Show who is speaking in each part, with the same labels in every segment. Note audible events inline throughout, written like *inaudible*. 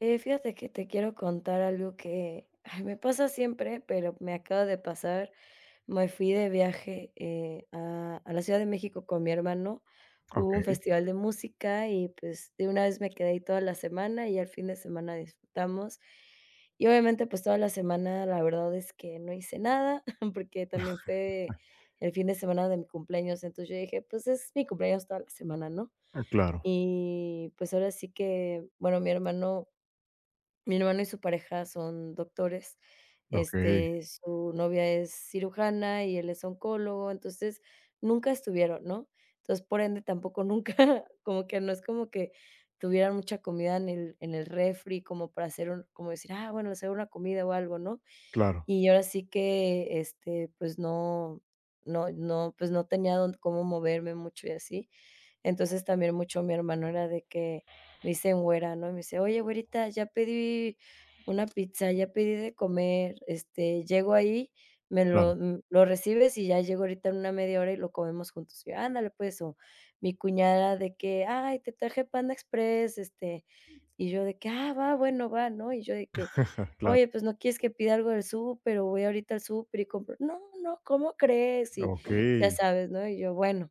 Speaker 1: Fíjate que te quiero contar algo que, ay, me pasa siempre, pero me acaba de pasar. Me fui de viaje, a la Ciudad de México con mi hermano. Hubo un
Speaker 2: Okey,
Speaker 1: festival de música y, pues, de una vez me quedé ahí toda la semana y al fin de semana disfrutamos. Y obviamente, pues, toda la semana la verdad es que no hice nada, *laughs* porque también fue el fin de semana de mi cumpleaños. Entonces, yo dije: "Pues, es mi cumpleaños toda la semana", ¿no?
Speaker 2: claro,
Speaker 1: Y, pues, ahora sí que, bueno, mi hermano y su pareja son doctores,
Speaker 2: okey,
Speaker 1: su novia es cirujana y él es oncólogo, entonces, nunca estuvieron, ¿no? Entonces, por ende, tampoco nunca, *laughs* como que no es como que tuvieran mucha comida en el refri como para hacer un como decir: "Ah, bueno, hacer una comida o algo", ¿no?
Speaker 2: claro,
Speaker 1: Y ahora sí que, pues no, pues no tenía dónde cómo moverme mucho y así. Entonces, también mucho mi hermano era de que me dicen güera, ¿no? Y me dice: "Oye, güerita, ya pedí una pizza, ya pedí de comer, llego ahí, me
Speaker 2: claro,
Speaker 1: lo mm, lo recibes y ya llego ahorita en una media hora y lo comemos juntos". Y yo: "Ándale, pues". O mi cuñada de que: "Ay, te traje Panda Express", y yo de que: "Ah, va, bueno, va", ¿no? Y yo de que:
Speaker 2: *laughs* claro,
Speaker 1: "Oye, pues, ¿no quieres que pida algo del súper o voy ahorita al súper y compro?". "No, no, ¿cómo crees?". Y
Speaker 2: okey,
Speaker 1: ya sabes, ¿no? Y yo: "Bueno".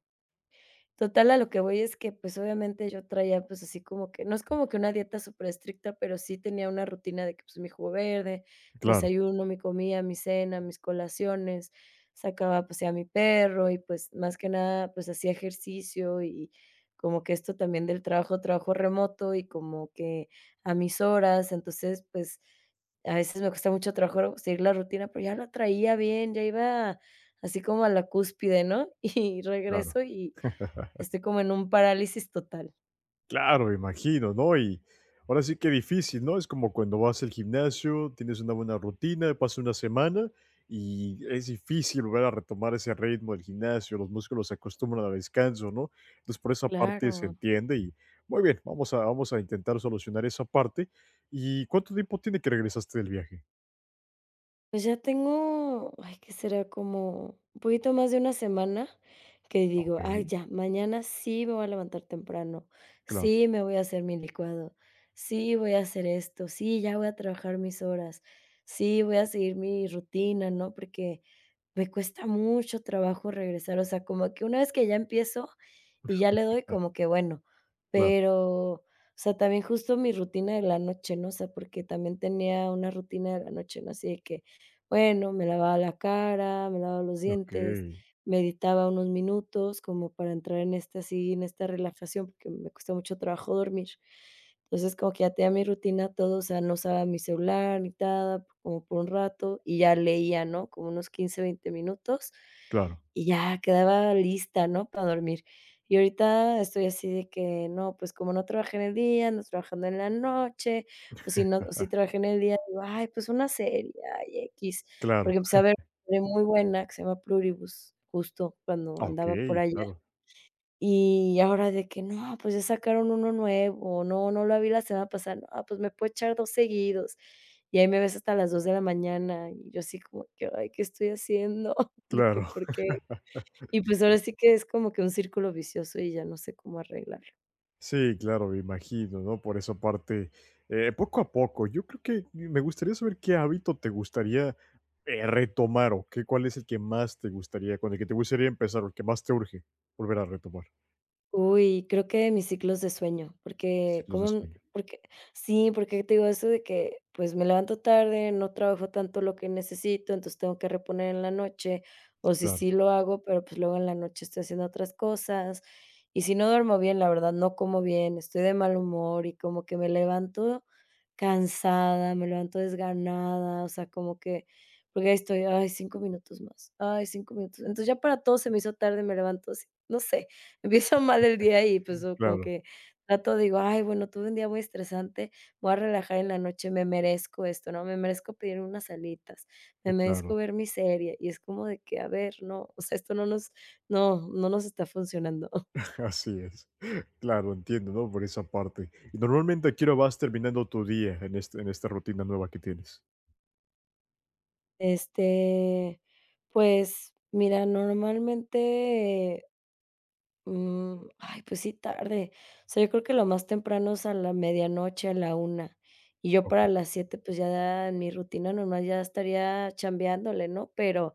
Speaker 1: Total, a lo que voy es que, pues, obviamente yo traía, pues, así como que no es como que una dieta súper estricta pero sí tenía una rutina de que, pues, mi jugo verde, mi
Speaker 2: claro,
Speaker 1: desayuno, mi comida, mi cena, mis colaciones, sacaba pues pasear a mi perro y, pues, más que nada, pues, hacía ejercicio y como que esto también del trabajo, trabajo remoto y como que a mis horas, entonces, pues, a veces me cuesta mucho trabajo seguir la rutina, pero ya la traía bien, ya iba así como a la cúspide, ¿no? *laughs* Y
Speaker 2: claro.
Speaker 1: regreso y
Speaker 2: *laughs*
Speaker 1: estoy como en un parálisis total.
Speaker 2: Claro, me imagino, ¿no? Y ahora sí que difícil, ¿no? Es como cuando vas al gimnasio, tienes una buena rutina, pasa una semana y es difícil volver a retomar ese ritmo del gimnasio, los músculos se acostumbran al descanso, ¿no? Entonces, por esa parte se
Speaker 1: Claro,
Speaker 2: entiende y muy bien, vamos a intentar solucionar esa parte. ¿Y cuánto tiempo tiene que regresaste del viaje?
Speaker 1: pues ya tengo, ay, ¿qué será? Como un poquito más de una semana que digo, ay,
Speaker 2: Okey,
Speaker 1: ya, mañana sí me voy a levantar temprano,
Speaker 2: claro,
Speaker 1: sí me voy a hacer mi licuado, sí voy a hacer esto, sí, ya voy a trabajar mis horas, sí voy a seguir mi rutina, ¿no? Porque me cuesta mucho trabajo regresar, o sea, como que una vez que ya empiezo y ya le doy, como que bueno,
Speaker 2: claro,
Speaker 1: pero, o sea, también justo mi rutina de la noche, ¿no? O sea, porque también tenía una rutina de la noche, ¿no? Así de que, bueno, me lavaba la cara, me lavaba los dientes,
Speaker 2: okey.
Speaker 1: meditaba unos minutos como para entrar en esta, así, en esta relajación, porque me cuesta mucho trabajo dormir. Entonces, como que ya tenía mi rutina, todo, o sea, no usaba mi celular ni nada, como por un rato, y ya leía, ¿no? Como unos 15, 20 minutos,
Speaker 2: Claro,
Speaker 1: y ya quedaba lista, ¿no? Para dormir. Y ahorita estoy así de que no, pues como no trabajé en el día, ando trabajando en la noche, o si no, o si trabajé en el día, digo, ay, pues una serie, ay, X,
Speaker 2: claro.
Speaker 1: porque empecé a ver una serie muy buena que se llama Pluribus, justo cuando andaba por
Speaker 2: Okey,
Speaker 1: allá.
Speaker 2: claro,
Speaker 1: Y ahora de que: "No, pues ya sacaron uno nuevo, no, no lo vi la semana pasada, no, pues me puedo echar 2 seguidos". Y ahí me ves hasta las 2 de la mañana, y yo así como que: "Ay, ¿qué estoy haciendo?" *laughs* De que,
Speaker 2: claro.
Speaker 1: ¿por qué?
Speaker 2: *laughs*
Speaker 1: Y pues ahora sí que es como que un círculo vicioso y ya no sé cómo arreglarlo.
Speaker 2: Sí, claro, me imagino, ¿no? Por esa parte, poco a poco. Yo creo que me gustaría saber qué hábito te gustaría, retomar, o qué cuál es el que más te gustaría, con el que te gustaría empezar, o el que más te urge volver a retomar.
Speaker 1: Uy, creo que mis ciclos de sueño, porque
Speaker 2: Ciclos
Speaker 1: como
Speaker 2: de
Speaker 1: n
Speaker 2: sueño.
Speaker 1: porque sí, porque te digo eso de que, pues, me levanto tarde, no trabajo tanto lo que necesito, entonces tengo que reponer en la noche, o si
Speaker 2: Claro,
Speaker 1: sí lo hago, pero, pues, luego en la noche estoy haciendo otras cosas, y si no duermo bien, la verdad, no como bien, estoy de mal humor y como que me levanto cansada, me levanto desganada, o sea, como que porque ahí estoy, ay, 5 minutos más, ay, 5 minutos. Entonces, ya para todo se me hizo tarde, me levanto así, no sé. Empiezo mal el día y, pues, o como
Speaker 2: claro,
Speaker 1: que trato, digo: "Ay, bueno, tuve un día muy estresante, me voy a relajar en la noche, me merezco esto, ¿no? Me merezco pedir unas alitas, me merezco
Speaker 2: claro.
Speaker 1: ver mi serie", y es como de que, a ver, no, o sea, esto no nos está funcionando. *laughs*
Speaker 2: *laughs* Así es. Claro, entiendo, ¿no? Por esa parte. Y normalmente, ¿a qué hora vas terminando tu día en esta rutina nueva que tienes?
Speaker 1: Este, pues, mira, normalmente. Ay, pues sí tarde. O sea, yo creo que lo más temprano es a la medianoche, a la 1 y yo para
Speaker 2: Okey.
Speaker 1: las 7 pues, ya en mi rutina normal ya estaría chambeándole, ¿no? Pero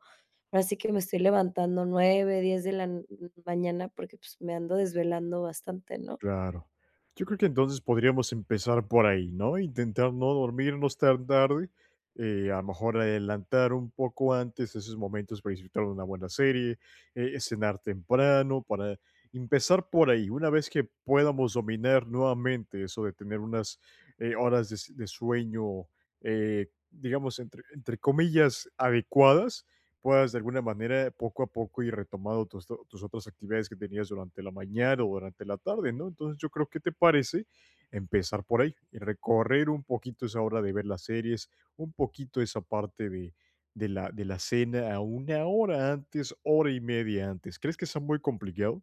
Speaker 1: ahora sí que me estoy levantando 9, 10 de la n mañana porque, pues, me ando desvelando bastante, ¿no?
Speaker 2: Claro. Yo creo que entonces podríamos empezar por ahí, ¿no? Intentar no dormirnos tan tarde, a lo mejor adelantar un poco antes esos momentos para disfrutar de una buena serie, cenar temprano, para empezar por ahí. Una vez que podamos dominar nuevamente eso de tener unas horas de, de sueño, digamos, entre, entre comillas, adecuadas, puedas de alguna manera poco a poco ir retomando tus, tus otras actividades que tenías durante la mañana o durante la tarde, ¿no? Entonces yo creo que te parece empezar por ahí y recorrer un poquito esa hora de ver las series, un poquito esa parte de la cena a una hora antes, hora y media antes. ¿Crees que sea muy complicado?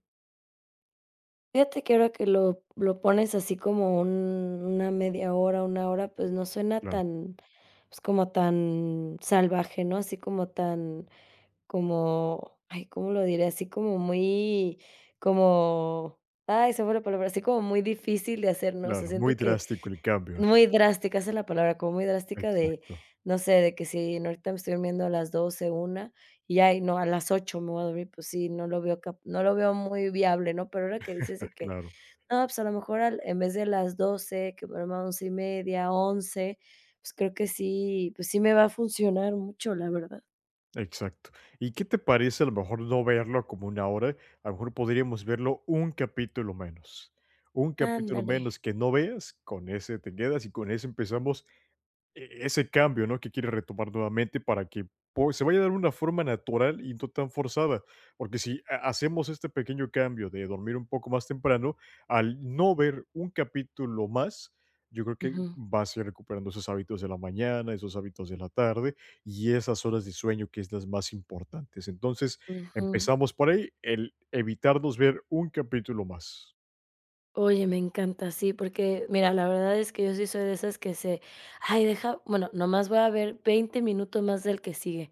Speaker 1: Fíjate que ahora que lo pones así como un una media hora, una hora, pues, no suena
Speaker 2: Claro,
Speaker 1: tan, pues, como tan salvaje, ¿no? Así como tan. Como, ay, ¿cómo lo diré? Así como muy, como, ay, se me fue la palabra, así como muy difícil de hacer, ¿no? O sea,
Speaker 2: claro, muy
Speaker 1: siento que
Speaker 2: drástico el cambio, ¿no?
Speaker 1: muy drástica, esa es la palabra, como muy drástica de,
Speaker 2: Exacto,
Speaker 1: no sé, de que si no, ahorita me estoy durmiendo a las 12 una y ay, no, a las 8 me voy a dormir, pues sí, no lo veo muy viable, ¿no? Pero ahora que dices de
Speaker 2: *laughs*
Speaker 1: que,
Speaker 2: claro.
Speaker 1: no, pues a lo mejor al en vez de las 12 que me duerma a 11:30, 11 pues creo que sí, pues sí me va a funcionar mucho, la verdad.
Speaker 2: Exacto. ¿Y qué te parece a lo mejor no verlo como una hora? A lo mejor podríamos verlo un capítulo menos. Un capítulo
Speaker 1: Ándale.
Speaker 2: menos que no veas, con ese te quedas y con ese empezamos ese cambio, ¿no? Que quiere retomar nuevamente para que se vaya a dar una forma natural y no tan forzada, porque si hacemos este pequeño cambio de dormir un poco más temprano, al no ver un capítulo más, yo creo que
Speaker 1: Ujú.
Speaker 2: vas a ir recuperando esos hábitos de la mañana, esos hábitos de la tarde y esas horas de sueño, que es las más importantes. Entonces,
Speaker 1: Ujú.
Speaker 2: empezamos por ahí, el evitarnos ver un capítulo más.
Speaker 1: Oye, me encanta, sí, porque mira, la verdad es que yo sí soy de esas que se, ay, deja, bueno, nomás voy a ver 20 minutos más del que sigue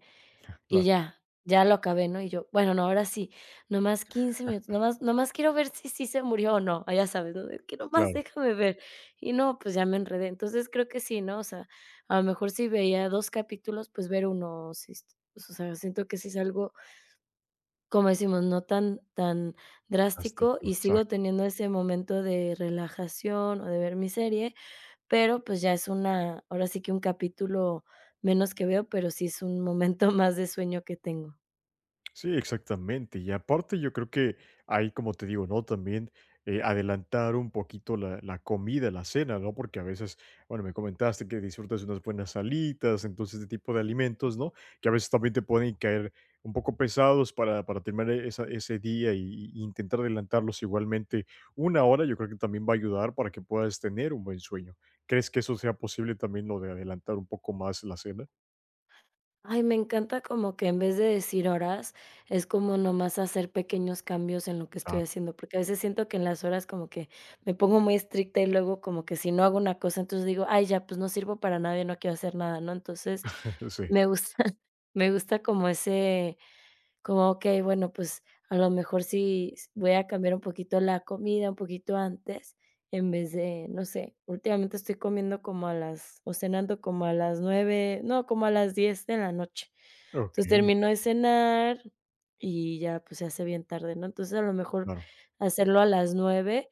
Speaker 1: y
Speaker 2: Claro,
Speaker 1: ya, ya lo acabé, ¿no? Y yo, bueno, no, ahora sí, nomás 15 minutos, nomás, nomás quiero ver si sí se murió o no, ah, ya sabes, ¿no? De que nomás
Speaker 2: claro,
Speaker 1: déjame ver. Y no, pues ya me enredé. Entonces creo que sí, ¿no? O sea, a lo mejor si veía dos capítulos, pues ver uno, sí, o sea, siento que sí es algo. Como decimos, no tan tan drástico,
Speaker 2: fantástico,
Speaker 1: y sigo
Speaker 2: exacto.
Speaker 1: teniendo ese momento de relajación, o de ver mi serie, pero, pues, ya es una ahora sí que un capítulo menos que veo, pero sí es un momento *laughs* más de sueño que tengo.
Speaker 2: Sí, exactamente. Y aparte yo creo que ahí, como te digo, ¿no? También adelantar un poquito la, la comida, la cena, ¿no? Porque a veces, bueno, me comentaste que disfrutas de unas buenas salitas, entonces este tipo de alimentos, ¿no? Que a veces también te pueden caer un poco pesados para terminar e, ese día y intentar adelantarlos igualmente una hora, yo creo que también va a ayudar para que puedas tener un buen sueño. ¿Crees que eso sea posible también lo de adelantar un poco más la cena?
Speaker 1: Ay, me encanta como que en vez de decir horas, es como nomás hacer pequeños cambios en lo que estoy
Speaker 2: Claro,
Speaker 1: haciendo, porque a veces siento que en las horas como que me pongo muy estricta y luego como que si no hago una cosa, entonces digo, ay, ya, pues no sirvo para nadie, no quiero hacer nada, ¿no? Entonces,
Speaker 2: *laughs* sí.
Speaker 1: me gusta, *laughs* me gusta como ese, como, okey, bueno, pues, a lo mejor sí s voy a cambiar un poquito la comida, un poquito antes, en vez de, no sé, últimamente estoy comiendo como a las o cenando como a las 9 no, como a las 10 de la noche.
Speaker 2: Ok,
Speaker 1: Entonces, termino de cenar y ya, pues, se hace bien tarde, ¿no? Entonces, a lo mejor
Speaker 2: claro,
Speaker 1: hacerlo a las 9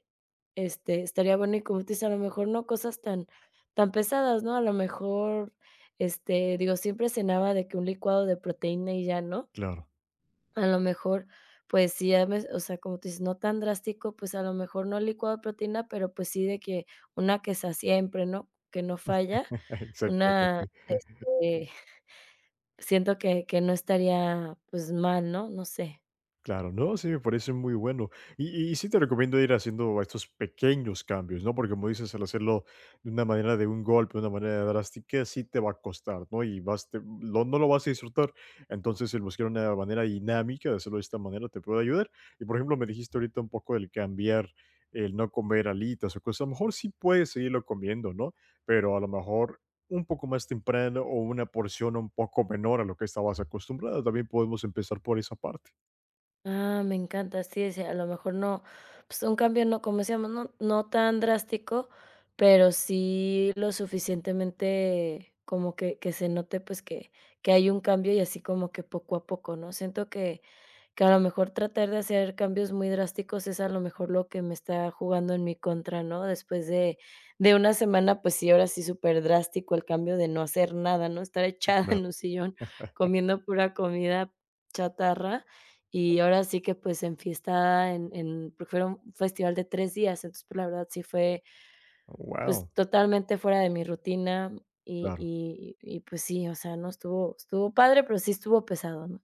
Speaker 1: estaría bueno, y como tú dices, a lo mejor no cosas tan tan pesadas, ¿no? A lo mejor, digo, siempre cenaba de que un licuado de proteína y ya, ¿no?
Speaker 2: claro.
Speaker 1: A lo mejor, pues sí, ya ves, o sea, como tú dices, no tan drástico, pues, a lo mejor no licuado de proteína, pero, pues, sí de que una queza siempre, ¿no?, que no falla,
Speaker 2: *laughs*
Speaker 1: una,
Speaker 2: Exactamente.
Speaker 1: siento que no estaría, pues, mal, ¿no?, no sé.
Speaker 2: Claro, no, sí, me parece muy bueno. Y sí te recomiendo ir haciendo estos pequeños cambios, ¿no? Porque como dices, al hacerlo de una manera de un golpe, de una manera drástica, sí te va a costar, ¿no? Y vas, no lo vas a disfrutar. Entonces, el buscar una manera dinámica de hacerlo de esta manera te puede ayudar. Y por ejemplo, me dijiste ahorita un poco del cambiar el no comer alitas o cosas. A lo mejor sí puedes seguirlo comiendo, ¿no? Pero a lo mejor un poco más temprano o una porción un poco menor a lo que estabas acostumbrado. También podemos empezar por esa parte.
Speaker 1: Ah, me encanta, sí, es. A lo mejor no, pues un cambio no, como decíamos, no, no tan drástico, pero sí lo suficientemente como que, se note pues que hay un cambio y así como que poco a poco, ¿no? Siento que a lo mejor tratar de hacer cambios muy drásticos es a lo mejor lo que me está jugando en mi contra, ¿no? Después de una semana, pues sí, ahora sí súper drástico el cambio de no hacer nada, ¿no? Estar echada *laughs* en un sillón comiendo pura comida chatarra y ahora sí que, pues, enfiestada en porque fueron un festival de 3 días, entonces, pues, la verdad sí fue, pues,
Speaker 2: Wow,
Speaker 1: totalmente fuera de mi rutina
Speaker 2: claro.
Speaker 1: pues sí, o sea, no estuvo padre, pero sí estuvo pesado, ¿no?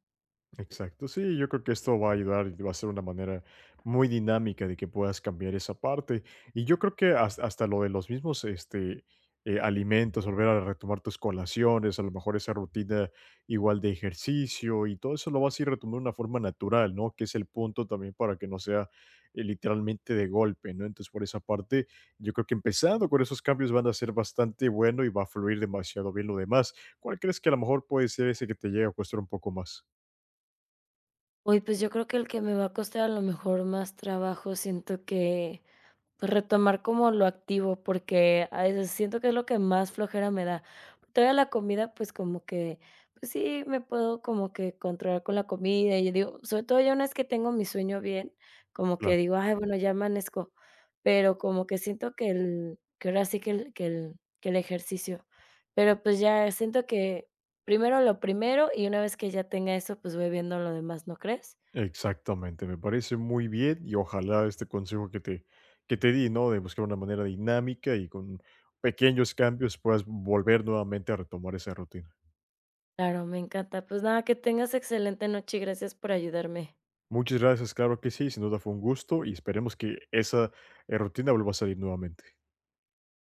Speaker 2: Exacto, sí, yo creo que esto va a ayudar y va a ser una manera muy dinámica de que puedas cambiar esa parte. Y yo creo que hasta, lo de los mismos este, alimentos, volver a retomar tus colaciones, a lo mejor esa rutina igual de ejercicio y todo eso lo vas a ir retomando de una forma natural, ¿no? Que es el punto también para que no sea literalmente de golpe, ¿no? Entonces, por esa parte, yo creo que empezando con esos cambios van a ser bastante bueno y va a fluir demasiado bien lo demás. ¿Cuál crees que a lo mejor puede ser ese que te llegue a costar un poco más?
Speaker 1: Uy, pues, yo creo que el que me va a costar a lo mejor más trabajo siento que pues, retomar como lo activo, porque a veces siento que es lo que más flojera me da. Todavía la comida, pues como que, pues sí, me puedo como que controlar con la comida y yo digo, sobre todo ya una vez que tengo mi sueño bien, como
Speaker 2: Claro.
Speaker 1: que digo, ay, bueno, ya amanezco, pero como que siento que el, que ahora sí que el, que el, que el ejercicio, pero pues ya siento que primero lo primero y una vez que ya tenga eso, pues voy viendo lo demás, ¿no crees?
Speaker 2: Exactamente, me parece muy bien y ojalá este consejo que te di, ¿no? De buscar una manera dinámica y con pequeños cambios puedas volver nuevamente a retomar esa rutina.
Speaker 1: Claro, me encanta. Pues nada, que tengas excelente noche y gracias por ayudarme.
Speaker 2: Muchas gracias, claro que sí, sin duda fue un gusto y esperemos que esa rutina vuelva a salir nuevamente.